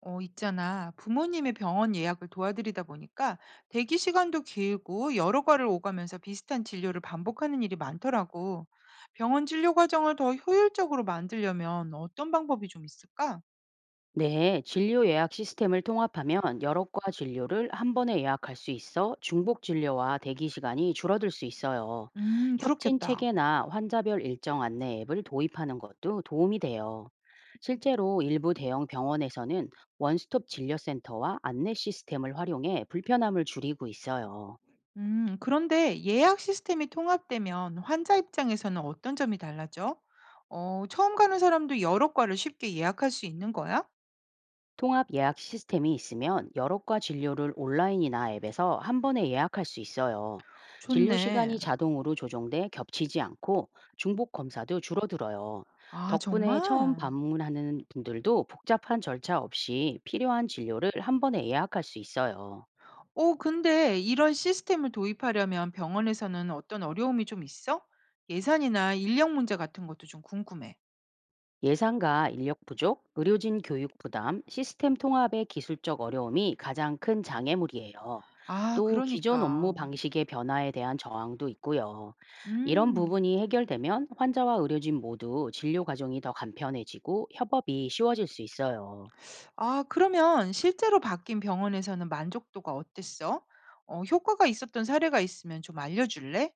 있잖아. 부모님의 병원 예약을 도와드리다 보니까 대기 시간도 길고 여러 과를 오가면서 비슷한 진료를 반복하는 일이 많더라고. 병원 진료 과정을 더 효율적으로 만들려면 어떤 방법이 좀 있을까? 네, 진료 예약 시스템을 통합하면 여러 과 진료를 한 번에 예약할 수 있어 중복 진료와 대기 시간이 줄어들 수 있어요. 협진 그렇겠다. 체계나 환자별 일정 안내 앱을 도입하는 것도 도움이 돼요. 실제로 일부 대형 병원에서는 원스톱 진료센터와 안내 시스템을 활용해 불편함을 줄이고 있어요. 그런데 예약 시스템이 통합되면 환자 입장에서는 어떤 점이 달라져? 처음 가는 사람도 여러 과를 쉽게 예약할 수 있는 거야? 통합 예약 시스템이 있으면 여러과 진료를 온라인이나 앱에서 한 번에 예약할 수 있어요. 진료 좋네. 시간이 자동으로 조정돼 겹치지 않고 중복 검사도 줄어들어요. 아, 덕분에 처음 정말? 방문하는 분들도 복잡한 절차 없이 필요한 진료를 한 번에 예약할 수 있어요. 오, 근데 이런 시스템을 도입하려면 병원에서는 어떤 어려움이 좀 있어? 예산이나 인력 문제 같은 것도 좀 궁금해. 예산과 인력 부족, 의료진 교육 부담, 시스템 통합의 기술적 어려움이 가장 큰 장애물이에요. 아, 또 기존 업무 그러니까. 방식의 변화에 대한 저항도 있고요. 이런 음. 부분이 해결되면 환자와 의료진 모두 진료 과정이 더 간편해지고 협업이 쉬워질 수 있어요. 아, 그러면 실제로 바뀐 병원에서는 만족도가 어땠어? 어, 효과가 있었던 사례가 있으면 좀 알려줄래?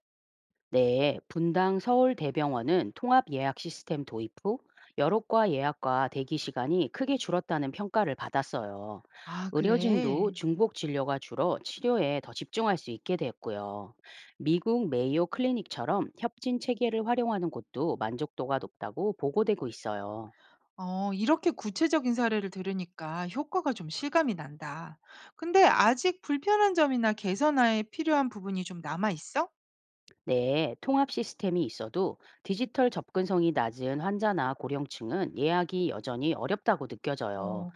네, 분당 서울대병원은 통합 예약 시스템 도입 후 여러과 예약과 대기 시간이 크게 줄었다는 평가를 받았어요. 아, 의료진도 그래. 중복 진료가 줄어 치료에 더 집중할 수 있게 됐고요. 미국 메이오 클리닉처럼 협진 체계를 활용하는 곳도 만족도가 높다고 보고되고 있어요. 어, 이렇게 구체적인 사례를 들으니까 효과가 좀 실감이 난다. 근데 아직 불편한 점이나 개선에 필요한 부분이 좀 남아 있어? 네, 통합 시스템이 있어도 디지털 접근성이 낮은 환자나 고령층은 예약이 여전히 어렵다고 느껴져요. 어,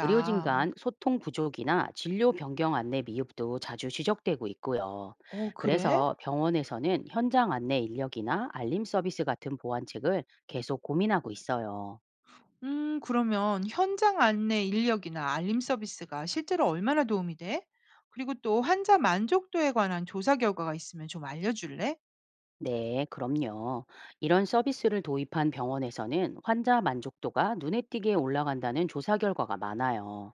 의료진 간 소통 부족이나 진료 변경 안내 미흡도 자주 지적되고 있고요. 어, 그래? 그래서 병원에서는 현장 안내 인력이나 알림 서비스 같은 보완책을 계속 고민하고 있어요. 음, 그러면 현장 안내 인력이나 알림 서비스가 실제로 얼마나 도움이 돼? 그리고 또 환자 만족도에 관한 조사 결과가 있으면 좀 알려줄래? 네, 그럼요. 이런 서비스를 도입한 병원에서는 환자 만족도가 눈에 띄게 올라간다는 조사 결과가 많아요.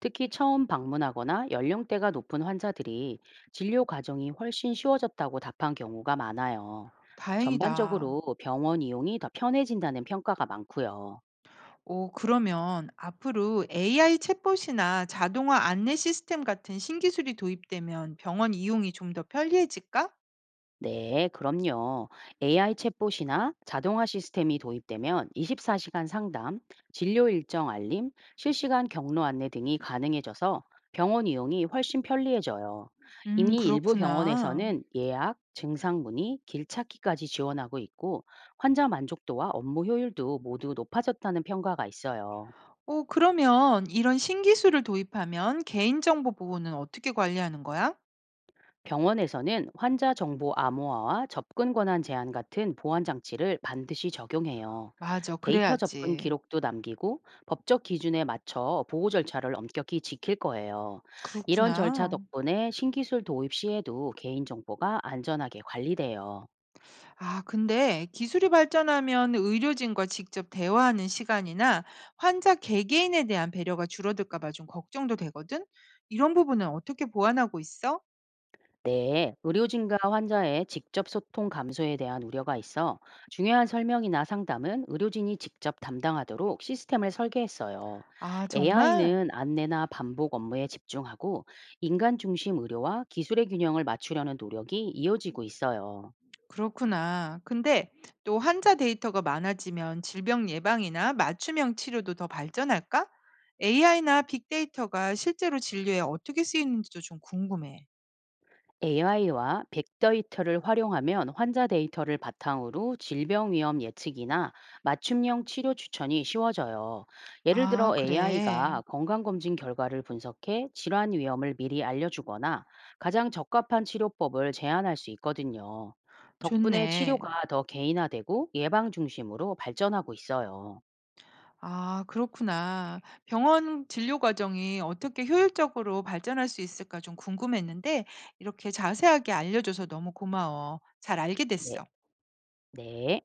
특히 처음 방문하거나 연령대가 높은 환자들이 진료 과정이 훨씬 쉬워졌다고 답한 경우가 많아요. 다행이다. 전반적으로 병원 이용이 더 편해진다는 평가가 많고요. 오, 그러면 앞으로 AI 챗봇이나 자동화 안내 시스템 같은 신기술이 도입되면 병원 이용이 좀 더 편리해질까? 네, 그럼요. AI 챗봇이나 자동화 시스템이 도입되면 24시간 상담, 진료 일정 알림, 실시간 경로 안내 등이 가능해져서 병원 이용이 훨씬 편리해져요. 음, 이미 일부 그렇구나. 병원에서는 예약, 증상 문의, 길 찾기까지 지원하고 있고 환자 만족도와 업무 효율도 모두 높아졌다는 평가가 있어요. 오, 그러면 이런 신기술을 도입하면 개인정보 보호는 어떻게 관리하는 거야? 병원에서는 환자 정보 암호화와 접근 권한 제한 같은 보안 장치를 반드시 적용해요. 맞아, 데이터 접근 그래야지. 기록도 남기고 법적 기준에 맞춰 보호 절차를 엄격히 지킬 거예요. 이런 절차 그렇구나. 덕분에 신기술 도입 시에도 개인정보가 안전하게 관리돼요. 아, 근데 기술이 발전하면 의료진과 직접 대화하는 시간이나 환자 개개인에 대한 배려가 줄어들까 봐 좀 걱정도 되거든? 이런 부분은 어떻게 보완하고 있어? 네, 의료진과 환자의 직접 소통 감소에 대한 우려가 있어 중요한 설명이나 상담은 의료진이 직접 담당하도록 시스템을 설계했어요. 아, 정말? AI는 안내나 반복 업무에 집중하고 인간 중심 의료와 기술의 균형을 맞추려는 노력이 이어지고 있어요. 그렇구나. 근데 또 환자 데이터가 많아지면 질병 예방이나 맞춤형 치료도 더 발전할까? AI나 빅데이터가 실제로 진료에 어떻게 쓰이는지도 좀 궁금해. AI와 빅데이터를 활용하면 환자 데이터를 바탕으로 질병 위험 예측이나 맞춤형 치료 추천이 쉬워져요. 예를 아, 들어 그래. AI가 건강검진 결과를 분석해 질환 위험을 미리 알려주거나 가장 적합한 치료법을 제안할 수 있거든요. 덕분에 좋네. 치료가 더 개인화되고 예방 중심으로 발전하고 있어요. 아, 그렇구나. 병원 진료 과정이 어떻게 효율적으로 발전할 수 있을까 좀 궁금했는데 이렇게 자세하게 알려줘서 너무 고마워. 잘 알게 네. 됐어. 네.